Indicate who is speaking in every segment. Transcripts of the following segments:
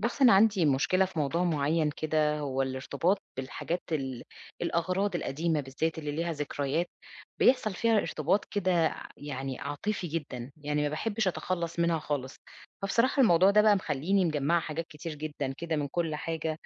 Speaker 1: بُص، أنا عندي مشكلة في موضوع معيّن كده، هو الارتباط بالحاجات الأغراض القديمة بالذات اللي ليها ذكريات، بيحصل فيها ارتباط كده يعني عاطفي جدًا، يعني ما باحبش أتخلّص منها خالص. فبصراحة الموضوع ده بقى مخلّيني مجمّعة حاجات كتير جدًا كده من كل حاجة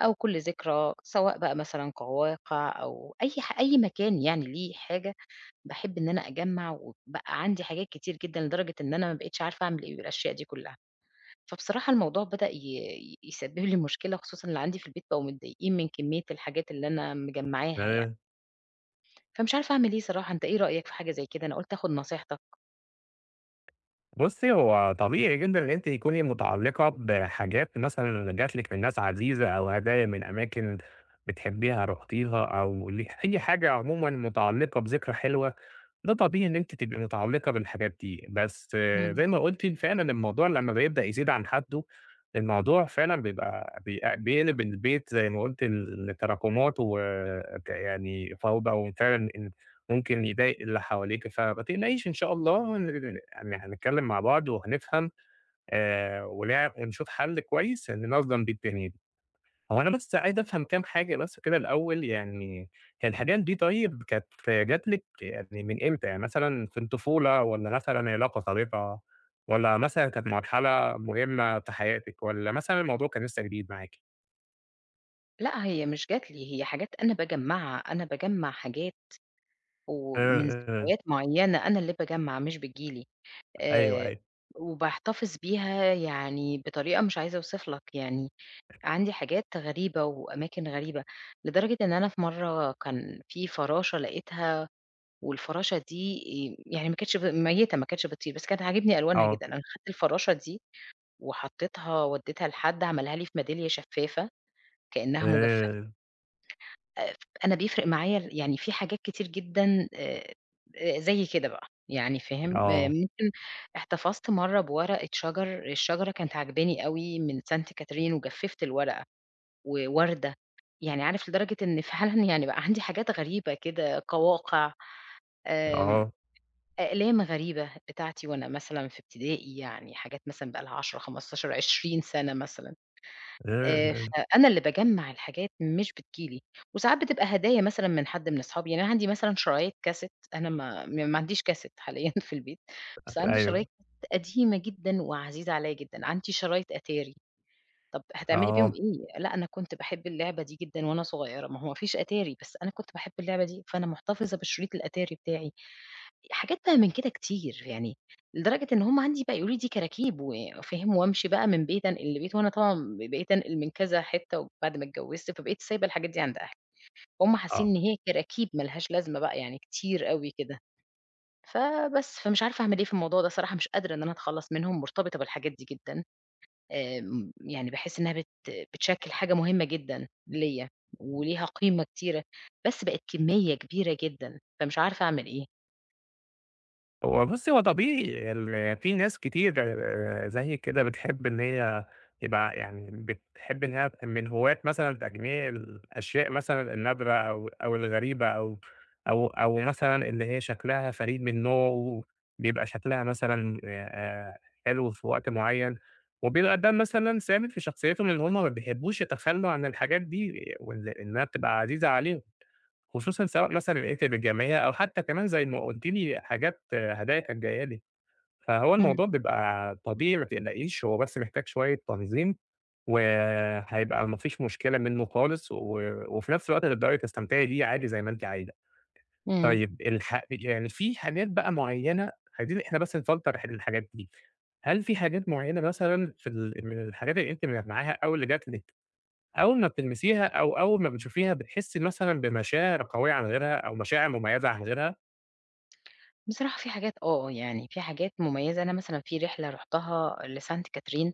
Speaker 1: أو كل ذكرى، سواء بقى مثلًا قواقع أو أي مكان يعني ليه حاجة، باحب إن أنا أجمّع وبقى عندي حاجات كتير جدًا لدرجة إن أنا ما بقيتش عارفة أعمل إيه بالأشياء دي كلّها. فبصراحة الموضوع بدأ يسبب لي مشكلة، خصوصًا اللي عندي في البيت بقوا متضايقين من كمية الحاجات اللي أنا مجمّعاها يعني،
Speaker 2: تمام.
Speaker 1: فمش عارفة أعمل إيه صراحة، أنت إيه رأيك في حاجة زي كده؟ أنا قُلت آخد نصيحتك.
Speaker 2: بُصّي، هو طبيعي جدًا إن أنتِ تكوني متعلّقة بحاجات مثلًا جات لِك من ناس عزيزة أو هدايا من أماكن بتحبيها رُحتيها أو أي حاجة عمومًا متعلّقة بذكرى حلوة. ده طبيعي إن أنتِ تبقي متعلقة بالحاجات دي، بس
Speaker 1: إمم.
Speaker 2: زي ما قلتِ فعلًا الموضوع لمّا بيبدأ يزيد عن حده. الموضوع فعلًا بيبقى بيقلب البيت زي ما قلتِ لتراكمات يعني فوضى، وفعلًا إن ممكن يضايق اللي حواليكِ، فما تقلقيش إن شاء الله يعني هنتكلم مع بعض وهنفهم، ونع ونشوف حل كويس ننظم بيه الدنيا دي. هو أنا بس عايز أفهم كام حاجة بس كده الأول، يعني هي الحاجات دي طيب كانت جات لِك يعني من إمتى؟ يعني مثلًا في الطفولة والّا مثلًا علاقة صديقة والّا مثلًا كانت مرحلة مهمة في حياتِك والّا مثلًا الموضوع كان لسه جديد معاكِ؟
Speaker 1: لأ، هي مش جات لي، هي حاجات أنا باجمّعها، أنا باجمّع حاجات
Speaker 2: إمم،
Speaker 1: ومن
Speaker 2: إمم.
Speaker 1: ذكريات معيّنة أنا اللي باجمّع مش بتيجي لي،
Speaker 2: أيوه،
Speaker 1: آآ،
Speaker 2: أيوه.
Speaker 1: وباحتفظ بيها يعني بطريقة مش عايزة أوصف لك، يعني عندي حاجات غريبة وأماكن غريبة، لدرجة إن أنا في مرّة كان في فراشة لقيتها والفراشة دي يعني ما كانتش ميتة ما كانتش بتطير، بس كانت عاجبني ألوانها
Speaker 2: آه.
Speaker 1: جدًا، أنا خدت الفراشة دي وحطيتها وديتها لحد عملها لي في ميدالية شفافة كأنها مجففة،
Speaker 2: إمم.
Speaker 1: آآ أنا بيفرق معايا يعني في حاجات كتير جدًا زي كده بقى، يعني فاهم؟
Speaker 2: آه.
Speaker 1: ممكن احتفظت مرّة بورقة شجر، الشجرة كانت عاجباني أوي من سانت كاترين وجففت الورقة ووردة، يعني عارف لدرجة إن فعلًا يعني بقى عندي حاجات غريبة كده، قواقع، آمم
Speaker 2: آه.
Speaker 1: أقلام غريبة بتاعتي وأنا مثلًا في ابتدائي، يعني حاجات مثلًا بقى لها 10، 15، 20 سَنة مثلًا،
Speaker 2: إمم،
Speaker 1: آآ،
Speaker 2: إمم.
Speaker 1: فأنا اللي باجمّع الحاجات مش بتيجي لي، وساعات بتبقى هدايا مثلًا من حد من أصحابي، يعني أنا عندي مثلًا شرايط كاسيت أنا ما عنديش كاسيت حاليًا في البيت، بس عندي
Speaker 2: أيوه.
Speaker 1: شرايط قديمة جدًا وعزيزة عليّا جدًا، عندي شرايط أتاري، طَب هتعملي بيهم إيه؟ لأ، أنا كنت باحب اللعبة دي جدًا وأنا صغيرة، ما هو ما فيش أتاري، بس أنا كنت باحب اللعبة دي، فأنا محتفظة بشريط الأتاري بتاعي. حاجات بقى من كده كتير، يعني لدرجة إن هُم عندي بقى يقولوا لي دي كراكيب وفاهم، وأمشي بقى من بيت أنقل لبيت، وأنا طبعًا بقيت أنقل من كذا حتّة بعد ما اتجوّزت، فبقيت سايبة الحاجات دي عند أهلي، فهُم حاسين
Speaker 2: آه.
Speaker 1: إن هي كراكيب ما لهاش لازمة بقى يعني كتير أوي كده، فبس، فمش عارفة أعمل إيه في الموضوع ده صراحة، مش قادرة إن أنا أتخلّص منهم، مرتبطة بالحاجات دي جدًا، يعني باحس إنها بتشكِّل حاجة مهمة جدًا ليّا وليها قيمة كتيرة، بس بقت كمية كبيرة جدًا، فمش عارفة أعمل إيه.
Speaker 2: هو بُصّي، هو طبيعي يعني في ناس كتير زيِّك كده بتحب إن هي يبقى يعني بتحب إن هي من هواة مثلًا تجميع الأشياء مثلًا النادرة أو الغريبة أو مثلًا اللي هي شكلها فريد من نوعه، بيبقى شكلها مثلًا حلو في وقت معيّن، وبيبقى ده مثلًا ثابت في شخصيتهم إن هم ما بيحبوش يتخلّوا عن الحاجات دي وإن إنها بتبقى عزيزة عليهم. خصوصًا سواء مثلًا لقيت بالجمعية أو حتى كمان زي ما قُلتِ لي حاجات هدايا كانت جاية لي، فهو
Speaker 1: إمم،
Speaker 2: الموضوع بيبقى طبيعي ما تقلقيش، هو بس محتاج شوية تنظيم، وهيبقى ما فيش مشكلة منه خالص، وفي نفس الوقت هتقدري تستمتعي بيه عادي زي ما أنتِ عايزة.
Speaker 1: إمم.
Speaker 2: طيب يعني في حاجات بقى معيّنة عايزين إحنا بس نفلتر الحاجات دي، هل في حاجات معيّنة مثلًا في من الحاجات اللي أنتِ مجمعاها أو اللي جات لِك أول ما بتلمسيها أو أول ما بتشوفيها بتحسي مثلًا بمشاعر قوية عن غيرها أو مشاعر مميزة عن غيرها؟
Speaker 1: بصراحة في حاجات آه، يعني في حاجات مميزة، أنا مثلًا في رحلة رُحتها لسانت كاترين،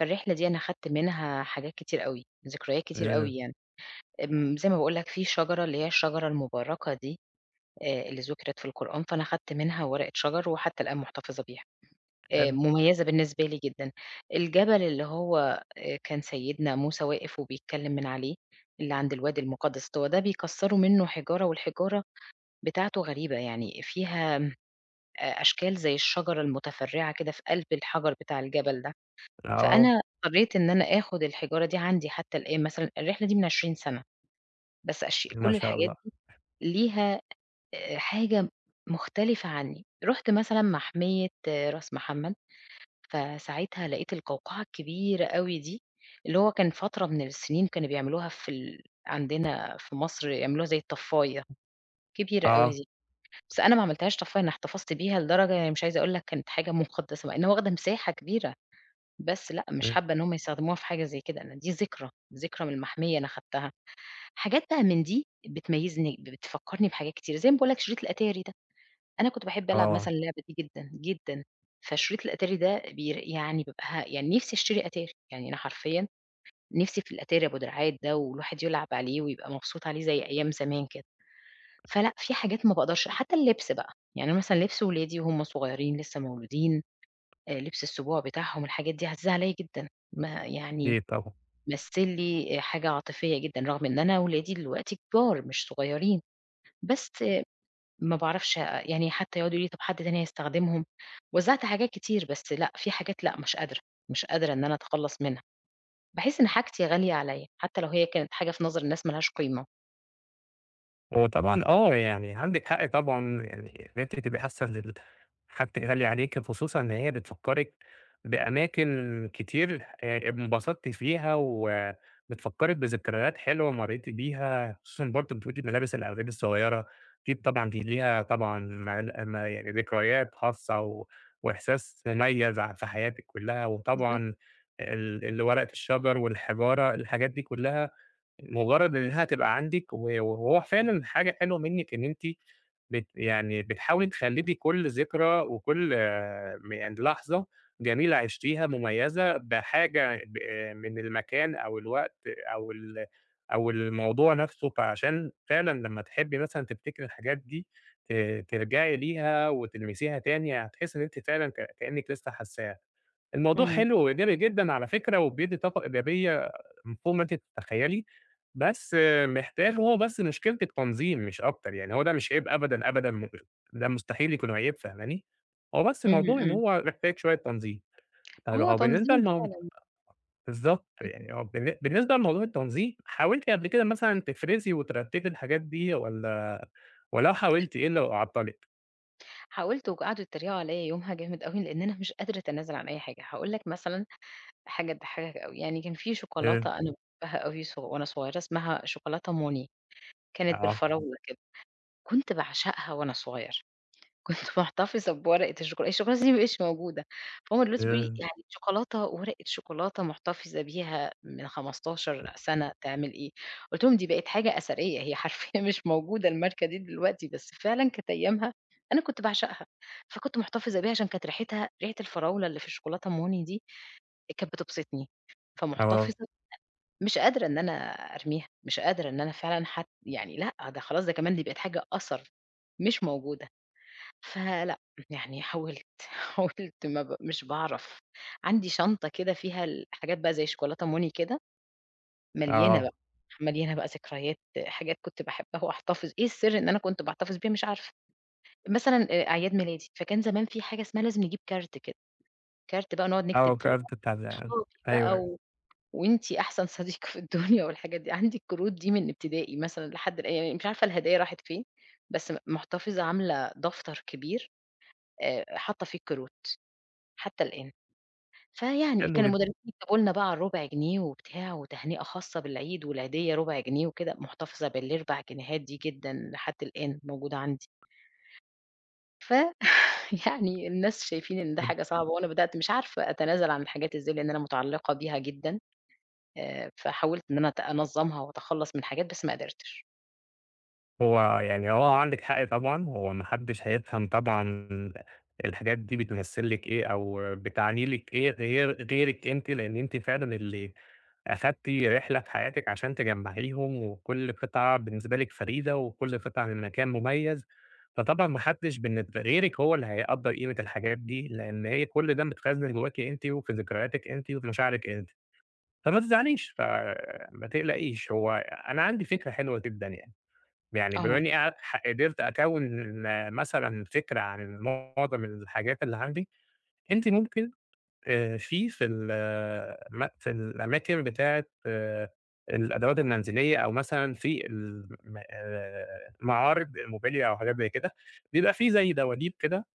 Speaker 1: فالرحلة دي أنا خدت منها حاجات كتير أوي، ذكريات كتير
Speaker 2: إمم.
Speaker 1: أوي يعني، زي ما باقول لك في شجرة اللي هي الشجرة المباركة دي، اللي ذُكرت في القرآن، فأنا خدت منها ورقة شجر وحتى الآن محتفظة بيها،
Speaker 2: حلو.
Speaker 1: مميزة بالنسبة لي جدًا. الجبل اللي هو كان سيدنا موسى واقف وبيتكلم من عليه، اللي عند الوادي المقدس، هو ده بيكسّروا منه حجارة والحجارة بتاعته غريبة يعني فيها أشكال زي الشجرة المتفرّعة كده في قلب الحجر بتاع الجبل ده،
Speaker 2: آه.
Speaker 1: فأنا اضطريت إن أنا آخُد الحجارة دي عندي حتى الآن مثلًا الرحلة دي من 20 سَنة، بس أش
Speaker 2: ما
Speaker 1: كل
Speaker 2: شاء
Speaker 1: الحاجات
Speaker 2: الله.
Speaker 1: دي ليها حاجة مختلفة عنّي، رُحت مثلًا محمية آه، راس محمد، فساعتها لقيت القوقعة الكبيرة أوي دي، اللي هو كان فترة من السنين كانوا بيعملوها في ال عندنا في مصر يعملوها زي الطفّاية، كبيرة أوي
Speaker 2: آه.
Speaker 1: دي. بس أنا ما عملتهاش طفرة، أنا احتفظت بيها لدرجة يعني مش عايزة أقول لك كانت حاجة مُقدّسة، مع إنها واخدة مساحة كبيرة، بس لأ، مش
Speaker 2: إمم.
Speaker 1: حابة إن هم يستخدموها في حاجة زي كده، أنا دي ذكرى، ذكرى من المحمية أنا خدتها. حاجات بقى من دي بتميّزني، بتفكّرني بحاجات كتير، زي ما باقول لك شريط الأتاري ده، أنا كنت باحب ألعب
Speaker 2: آه.
Speaker 1: مثلًا اللعبة دي جدًا، جدًا، فشريط الأتاري ده يعني بابقى يعني نِفْسي أشتري أتاري، يعني أنا حرفيًا نِفْسي في الأتاري أبو دراعات ده والواحد يلعب عليه ويبقى مبسوط عليه زي أيام زمان كده. فلأ، في حاجات ما باقدرش حتى اللبس بقى، يعني مثلًا لبس ولادي وهُم صغيرين لسه مولودين، لبس السبوع بتاعهم، الحاجات دي عزيزة عليّا جدًا، ما يعني
Speaker 2: أكيد طبعًا.
Speaker 1: مثّل لي حاجة عاطفية جدًا، رغم إن أنا ولادي دلوقتي كبار مش صغيرين، بس ما باعرفش يعني حتى يقعدوا يقولوا لي طب حد تاني هيستخدمهم، وزّعت حاجات كتير بس لأ، في حاجات لأ، مش قادرة، مش قادرة إن أنا أتخلّص منها، باحس إن حاجتي غالية عليّا، حتى لو هي كانت حاجة في نظر الناس ما لهاش قيمة.
Speaker 2: هو طبعًا يعني عندِك حق طبعًا يعني إن أنتِ تبقي حاسة إن حد غالي عليكِ، خصوصًا إن هي بتفكّرِك بأماكن كتير انبسطتِ فيها وبتفكّرِك بذكريات حلوة مرّيتِ بيها، خصوصًا برضه بتقولي ملابس الأولاد الصغيّرة، أكيد طبعًا دي ليها طبعًا مال ما يعني ذكريات خاصة و وإحساس مميز في حياتِك كُلّها،
Speaker 1: بالضبط،
Speaker 2: وطبعًا ال ال ورقة الشجر والحجارة، الحاجات دي كُلّها مجرّد إنها تبقى عندِك وهو فعلًا حاجة حلوة منِّك إن أنتِ يعني بتحاولي تخلّدي كل ذكرى وكل آه، م يعني لحظة جميلة عشتيها مميزة بحاجة ب آه، من المكان أو الوقت أو ال أو الموضوع نَفْسه، فعشان فعلًا لمّا تحبّي مثلًا تفتكري الحاجات دي ت ترجعي ليها وتلمسيها تاني، هتحسّي إن أنتِ فعلًا كإنِّك لسّه حاسّاها. الموضوع
Speaker 1: إمم،
Speaker 2: حلو وإيجابي جدًا على فكرة، وبيدّي طاقة إيجابية فوق ما أنتِ تتخيّلي، بس محتاج هو بس مشكلة التنظيم مش أكتر، يعني هو ده مش عيب أبدًا، أبدًا، ده مستحيل يكون عيب فاهماني؟ هو بس
Speaker 1: إمم،
Speaker 2: الموضوع إن
Speaker 1: إمم.
Speaker 2: هو محتاج شوية تنظيم. طيب
Speaker 1: هو
Speaker 2: هو بالنسبة
Speaker 1: تنظيم فعلًا.
Speaker 2: بالضبط.
Speaker 1: إمم.
Speaker 2: يعني هو بالنسبة لموضوع التنظيم، حاولتِ قبل كده مثلًا تفرزي وترتّبي الحاجات دي والّا ولو حاولتِ إيه اللي عطّلِك؟
Speaker 1: حاولت وقعدوا يتريقوا عليَّ يومها جامد أوي، لإن أنا مش قادرة أتنازل عن أي حاجة، هاقول لك مثلًا حاجة تضحكك أوي، يعني كان في
Speaker 2: إمم.
Speaker 1: شوكولاتة أنا باحبها أوي وأنا صغيرة اسمها شوكولاتة موني، كانت
Speaker 2: آه.
Speaker 1: بالفراولة كده، كنت باعشقها وأنا صغيرة، كنت محتفظة بورقة الشوكولاتة دي ما بقتش موجودة، فهُم دلوقتي بيقولوا لي
Speaker 2: إمم.
Speaker 1: يعني شوكولاتة ورقة شوكولاتة محتفظة بيها من 15 سَنة تعمل إيه؟ قُلت لهم دي بقت حاجة أثرية، هي حرفيًا مش موجودة الماركة دي دلوقتي، بس فعلًا كانت أيامها أنا كنت باعشقها، فكنت محتفظة بيها عشان كانت ريحتها ريحة الفراولة اللي في الشوكولاتة أموني دي كانت بتبسطني،
Speaker 2: آه.
Speaker 1: فمحتفظة مش قادرة إن أنا أرميها، مش قادرة إن أنا فعلًا حت يعني لأ، ده خلاص ده كمان دي بقت حاجة أثر مش موجودة. فلأ، يعني حاولت، حاولت ما ب مش باعرف. عندي شنطة كده فيها الحاجات بقى زي شوكولاتة موني كده، مليانة
Speaker 2: آه.
Speaker 1: بقى، مليانة بقى ذكريات، حاجات كنت باحبها وأحتفظ إيه السر إن أنا كنت باحتفظ بيها مش عارفة. مثلًا أعياد ميلادي، فكان زمان في حاجة اسمها لازم نجيب كارت كده، كارت بقى نقعد
Speaker 2: آه.
Speaker 1: نكتب في
Speaker 2: كارت
Speaker 1: الإضافة
Speaker 2: بتاع ده.
Speaker 1: وصحابي بقى
Speaker 2: أيوه.
Speaker 1: و وأنتِ أحسن صديق في الدنيا والحاجات دي. عندي الكروت دي من ابتدائي مثلًا لحد الآن، يعني مش عارفة الهدايا راحت فين، بس محتفظة عاملة دفتر كبير حاطة فيه الكروت. حتى الآن. فيعني
Speaker 2: حلو
Speaker 1: كان
Speaker 2: جدًا.
Speaker 1: المدرسين يكتبوا لنا بقى الربع جنيه وبتاع وتهنئة خاصة بالعيد والعيدية ربع جنيه وكده، محتفظة بالربع جنيهات دي جدًا لحد الآن موجودة عندي. ف يعني الناس شايفين إن ده حاجة صعبة وأنا بدأت مش عارفة أتنازل عن الحاجات إزاي، لإن أنا متعلقة بيها جدًا، فحاولت إن أنا أنظمها وأتخلص من حاجات بس ما قدرتش.
Speaker 2: هو عندِك حق طبعًا، هو ما حدش هيفهم طبعًا الحاجات دي بتمثّل لِك إيه أو بتعني لِك إيه غير غيرِك أنتِ، لإن أنتِ فعلًا اللي أخدتِ رحلة في حياتِك عشان تجمّعيهم، وكل قطعة بالنسبة لِك فريدة، وكل قطعة من مكان مميز، فطبعًا ما حدش بالنسبة غيرِك هو اللي هيقدّر قيمة الحاجات دي، لإن هي كل ده متخزن جواكِ أنتِ، وفي ذكرياتِك أنتِ، وفي مشاعرِك أنتِ، فما تزعليش، فما تقلقيش، هو أنا عندي فكرة حلوة جدًا يعني. يعني بما
Speaker 1: آه،
Speaker 2: إنّي قدرت أكوِّن مثلًا فكرة عن معظم الحاجات اللي عندي، أنتِ ممكن في في ال آه، م في الأماكن بتاعة الأدوات المنزلية أو مثلًا في الم معارض الموبيليا أو حاجات زي كده، بيبقى في زي دواليب كده.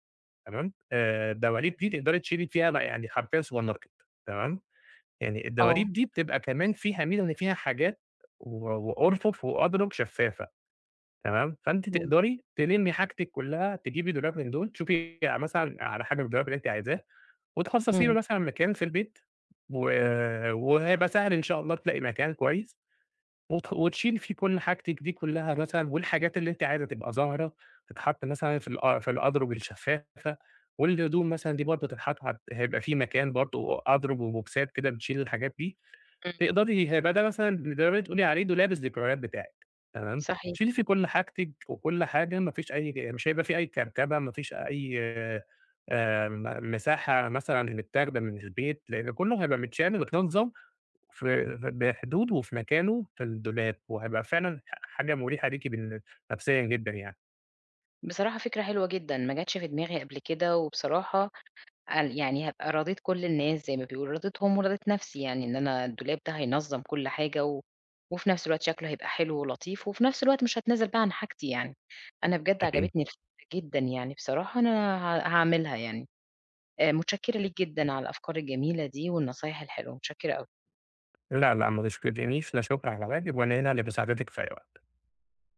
Speaker 2: تمام. الدواليب دي تقدري تشيلي فيها يعني حرفيًا سوبر ماركت. تمام. يعني
Speaker 1: آه،
Speaker 2: الدواليب دي بتبقى كمان فيها ميزة إن فيها حاجات و وأرفف وأضرب شفافة. تمام. فأنتِ
Speaker 1: إمم،
Speaker 2: تقدري تلمّي حاجتِك كلّها، تجيبي دولاب من دول، تشوفي مثلًا على حاجة من الدولاب اللي أنتِ عايزاه، وتخصّصي له
Speaker 1: إمم،
Speaker 2: مثلًا مكان في البيت، و وهيبقى سهل إن شاء الله تلاقي مكان كويس، وتشيلي فيه كل حاجتِك دي كلّها مثلًا، والحاجات اللي أنتِ عايزة تبقى ظاهرة تتحط مثلًا في في الأدرج الشفافة، والهدوم مثلًا دي برضه تتحط هيبقى في مكان برضه أدرج وبوكسات كده بتشيل الحاجات دي.
Speaker 1: إمم،
Speaker 2: تقدري هيبقى ده مثلًا تقدري تقولي عليه دولاب الذكريات بتاعِك، تمام،
Speaker 1: صحيح.
Speaker 2: شيلي فيه كل حاجتِك وكل حاجة ما فيش أي مش هيبقى فيه أي كركبة، ما فيش أي م مساحة مثلًا متاخدة من البيت، لإن كله هيبقى متشال ومتنظم بحدوده وفي مكانه في الدولاب، وهيبقى فعلًا حاجة مريحة ليكِ نفسيًا جدًا يعني.
Speaker 1: بصراحة فكرة حلوة جدًا، ما جاتش في دماغي قبل كده، وبصراحة قال يعني هابقى راضية كل الناس زي ما بيقولوا، رضيتهم ورضيت نَفْسي يعني إن أنا الدولاب ده هينظّم كل حاجة و وفي نَفْس الوقت شكله هيبقى حلو ولطيف وفي نَفْس الوقت مش هاتنازل بقى عن حاجتي يعني. أنا بجد
Speaker 2: أكيد.
Speaker 1: عجبتني الفكرة جدًا يعني بصراحة أنا هاعملها يعني. متشكّرة ليك جدًا على الأفكار الجميلة دي والنصايح الحلوة، متشكّرة أوي.
Speaker 2: لا، لا، ما تشكرينيش، لا شكر على واجب، وأنا هنا لمساعدتِك في أي وقت.